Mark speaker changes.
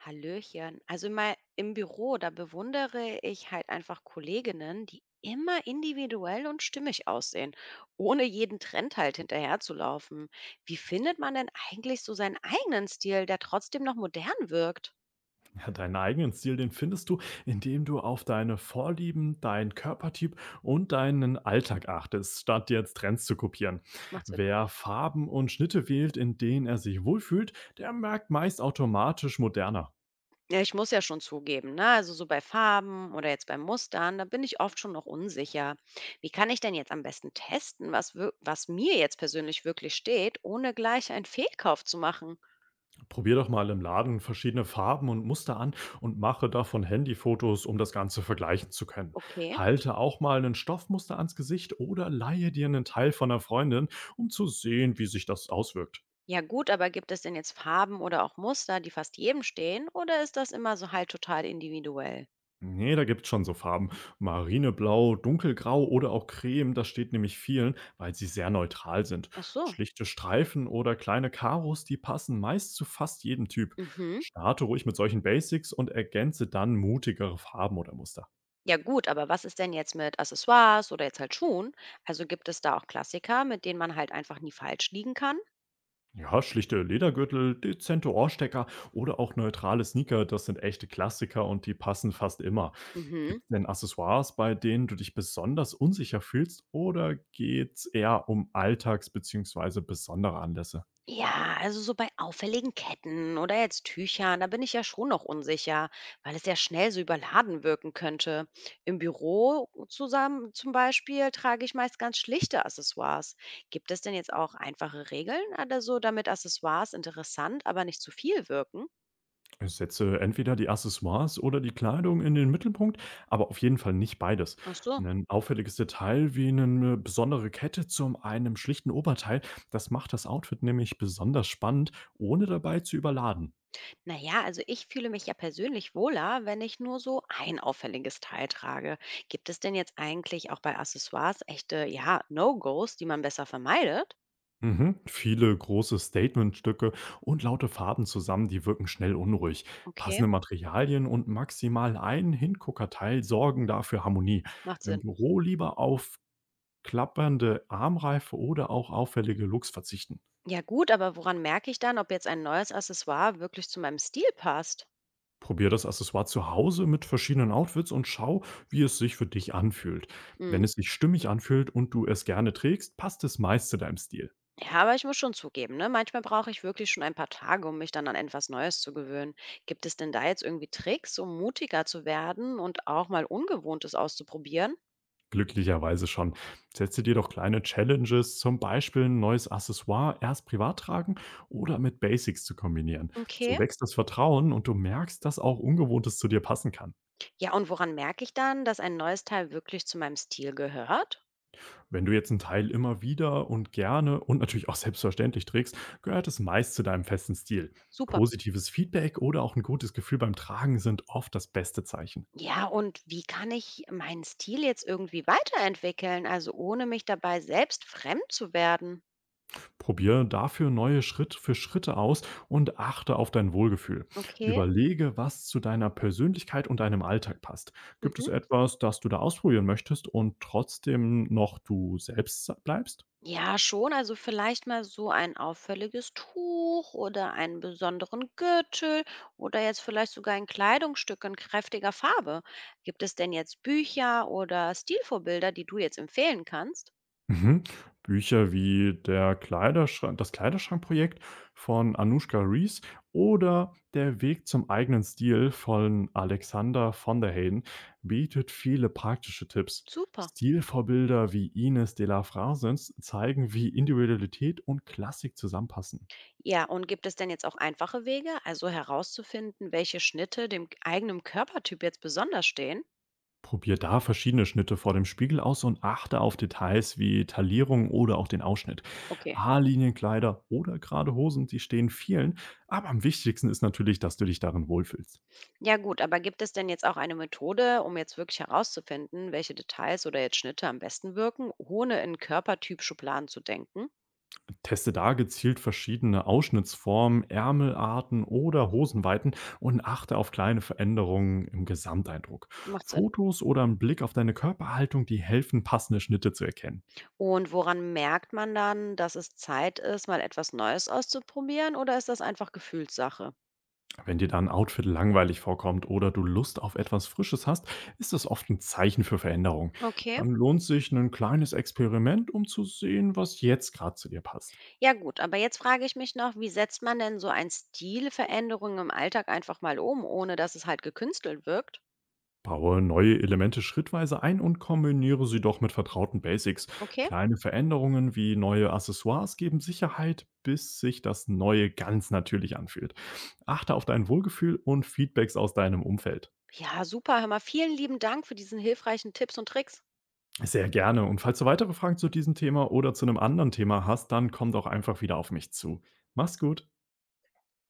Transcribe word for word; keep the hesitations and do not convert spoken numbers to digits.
Speaker 1: Hallöchen. Also mal im Büro, da bewundere ich halt einfach Kolleginnen, die immer individuell und stimmig aussehen, ohne jeden Trend halt hinterherzulaufen. Wie findet man denn eigentlich so seinen eigenen Stil, der trotzdem noch modern wirkt?
Speaker 2: Ja, deinen eigenen Stil, den findest du, indem du auf deine Vorlieben, deinen Körpertyp und deinen Alltag achtest, statt jetzt Trends zu kopieren.
Speaker 1: Macht Sinn.
Speaker 2: Wer Farben und Schnitte wählt, in denen er sich wohlfühlt, der merkt meist automatisch moderner.
Speaker 1: Ja, ich muss ja schon zugeben, ne? Also so bei Farben oder jetzt bei Mustern, da bin ich oft schon noch unsicher. Wie kann ich denn jetzt am besten testen, was, wir- was mir jetzt persönlich wirklich steht, ohne gleich einen Fehlkauf zu machen?
Speaker 2: Probier doch mal im Laden verschiedene Farben und Muster an und mache davon Handyfotos, um das Ganze vergleichen zu können.
Speaker 1: Okay.
Speaker 2: Halte auch mal ein Stoffmuster ans Gesicht oder leihe dir einen Teil von einer Freundin, um zu sehen, wie sich das auswirkt.
Speaker 1: Ja gut, aber gibt es denn jetzt Farben oder auch Muster, die fast jedem stehen, oder ist das immer so halt total individuell?
Speaker 2: Nee, da gibt's schon so Farben. Marineblau, dunkelgrau oder auch creme, das steht nämlich vielen, weil sie sehr neutral sind.
Speaker 1: Ach so.
Speaker 2: Schlichte Streifen oder kleine Karos, die passen meist zu fast jedem Typ.
Speaker 1: Mhm.
Speaker 2: Starte ruhig mit solchen Basics und ergänze dann mutigere Farben oder Muster.
Speaker 1: Ja gut, aber was ist denn jetzt mit Accessoires oder jetzt halt Schuhen? Also gibt es da auch Klassiker, mit denen man halt einfach nie falsch liegen kann?
Speaker 2: Ja, schlichte Ledergürtel, dezente Ohrstecker oder auch neutrale Sneaker, das sind echte Klassiker und die passen fast immer. Gibt
Speaker 1: Mhm.
Speaker 2: es denn Accessoires, bei denen du dich besonders unsicher fühlst oder geht's eher um Alltags- bzw. besondere Anlässe?
Speaker 1: Ja, also so bei auffälligen Ketten oder jetzt Tüchern, da bin ich ja schon noch unsicher, weil es ja schnell so überladen wirken könnte. Im Büro zusammen zum Beispiel trage ich meist ganz schlichte Accessoires. Gibt es denn jetzt auch einfache Regeln oder so, damit Accessoires interessant, aber nicht zu viel wirken?
Speaker 2: Ich setze entweder die Accessoires oder die Kleidung in den Mittelpunkt, aber auf jeden Fall nicht beides.
Speaker 1: Ach so.
Speaker 2: Ein auffälliges Detail wie eine besondere Kette zu einem schlichten Oberteil, das macht das Outfit nämlich besonders spannend, ohne dabei zu überladen.
Speaker 1: Naja, also ich fühle mich ja persönlich wohler, wenn ich nur so ein auffälliges Teil trage. Gibt es denn jetzt eigentlich auch bei Accessoires echte, ja, No-Gos, die man besser vermeidet?
Speaker 2: Mhm. Viele große Statementstücke und laute Farben zusammen, die wirken schnell unruhig.
Speaker 1: Okay.
Speaker 2: Passende Materialien und maximal ein Hinguckerteil sorgen dafür Harmonie.
Speaker 1: Macht
Speaker 2: Im
Speaker 1: Sinn.
Speaker 2: Büro lieber auf klappernde Armreife oder auch auffällige Looks verzichten.
Speaker 1: Ja gut, aber woran merke ich dann, ob jetzt ein neues Accessoire wirklich zu meinem Stil passt?
Speaker 2: Probier das Accessoire zu Hause mit verschiedenen Outfits und schau, wie es sich für dich anfühlt.
Speaker 1: Mhm.
Speaker 2: Wenn es sich stimmig anfühlt und du es gerne trägst, passt es meist zu deinem Stil.
Speaker 1: Ja, aber ich muss schon zugeben, ne? Manchmal brauche ich wirklich schon ein paar Tage, um mich dann an etwas Neues zu gewöhnen. Gibt es denn da jetzt irgendwie Tricks, um mutiger zu werden und auch mal Ungewohntes auszuprobieren?
Speaker 2: Glücklicherweise schon. Setze dir doch kleine Challenges, zum Beispiel ein neues Accessoire erst privat tragen oder mit Basics zu kombinieren.
Speaker 1: Okay.
Speaker 2: So wächst das Vertrauen und du merkst, dass auch Ungewohntes zu dir passen kann.
Speaker 1: Ja, und woran merke ich dann, dass ein neues Teil wirklich zu meinem Stil gehört?
Speaker 2: Wenn du jetzt einen Teil immer wieder und gerne und natürlich auch selbstverständlich trägst, gehört es meist zu deinem festen Stil.
Speaker 1: Super.
Speaker 2: Positives Feedback oder auch ein gutes Gefühl beim Tragen sind oft das beste Zeichen.
Speaker 1: Ja, und wie kann ich meinen Stil jetzt irgendwie weiterentwickeln, also ohne mich dabei selbst fremd zu werden?
Speaker 2: Probiere dafür neue Schritt für Schritte aus und achte auf dein Wohlgefühl.
Speaker 1: Okay.
Speaker 2: Überlege, was zu deiner Persönlichkeit und deinem Alltag passt. Gibt es
Speaker 1: Mhm.
Speaker 2: etwas, das du da ausprobieren möchtest und trotzdem noch du selbst bleibst?
Speaker 1: Ja, schon. Also vielleicht mal so ein auffälliges Tuch oder einen besonderen Gürtel oder jetzt vielleicht sogar ein Kleidungsstück in kräftiger Farbe. Gibt es denn jetzt Bücher oder Stilvorbilder, die du jetzt empfehlen kannst?
Speaker 2: Mhm. Bücher wie der Kleiderschrank das Kleiderschrankprojekt von Anoushka Rees oder Der Weg zum eigenen Stil von Alexander von der Hayden bietet viele praktische Tipps.
Speaker 1: Super.
Speaker 2: Stilvorbilder wie Ines de la Frasens zeigen, wie Individualität und Klassik zusammenpassen.
Speaker 1: Ja, und gibt es denn jetzt auch einfache Wege, also herauszufinden, welche Schnitte dem eigenen Körpertyp jetzt besonders stehen?
Speaker 2: Probier da verschiedene Schnitte vor dem Spiegel aus und achte auf Details wie Taillierung oder auch den Ausschnitt.
Speaker 1: Okay.
Speaker 2: Haarlinienkleider oder gerade Hosen, die stehen vielen, aber am wichtigsten ist natürlich, dass du dich darin wohlfühlst.
Speaker 1: Ja gut, aber gibt es denn jetzt auch eine Methode, um jetzt wirklich herauszufinden, welche Details oder jetzt Schnitte am besten wirken, ohne in Körpertyp-Schubladen zu denken?
Speaker 2: Teste da gezielt verschiedene Ausschnittsformen, Ärmelarten oder Hosenweiten und achte auf kleine Veränderungen im Gesamteindruck.
Speaker 1: Macht Sinn.
Speaker 2: Fotos oder ein Blick auf deine Körperhaltung, die helfen, passende Schnitte zu erkennen.
Speaker 1: Und woran merkt man dann, dass es Zeit ist, mal etwas Neues auszuprobieren oder ist das einfach Gefühlssache?
Speaker 2: Wenn dir dann ein Outfit langweilig vorkommt oder du Lust auf etwas Frisches hast, ist das oft ein Zeichen für Veränderung.
Speaker 1: Okay.
Speaker 2: Dann lohnt sich ein kleines Experiment, um zu sehen, was jetzt gerade zu dir passt.
Speaker 1: Ja gut, aber jetzt frage ich mich noch, wie setzt man denn so ein Stilveränderung im Alltag einfach mal um, ohne dass es halt gekünstelt wirkt?
Speaker 2: Baue neue Elemente schrittweise ein und kombiniere sie doch mit vertrauten Basics.
Speaker 1: Okay.
Speaker 2: Kleine Veränderungen wie neue Accessoires geben Sicherheit, bis sich das Neue ganz natürlich anfühlt. Achte auf dein Wohlgefühl und Feedbacks aus deinem Umfeld.
Speaker 1: Ja, super. Hör mal, vielen lieben Dank für diesen hilfreichen Tipps und Tricks.
Speaker 2: Sehr gerne. Und falls du weitere Fragen zu diesem Thema oder zu einem anderen Thema hast, dann komm doch einfach wieder auf mich zu. Mach's gut.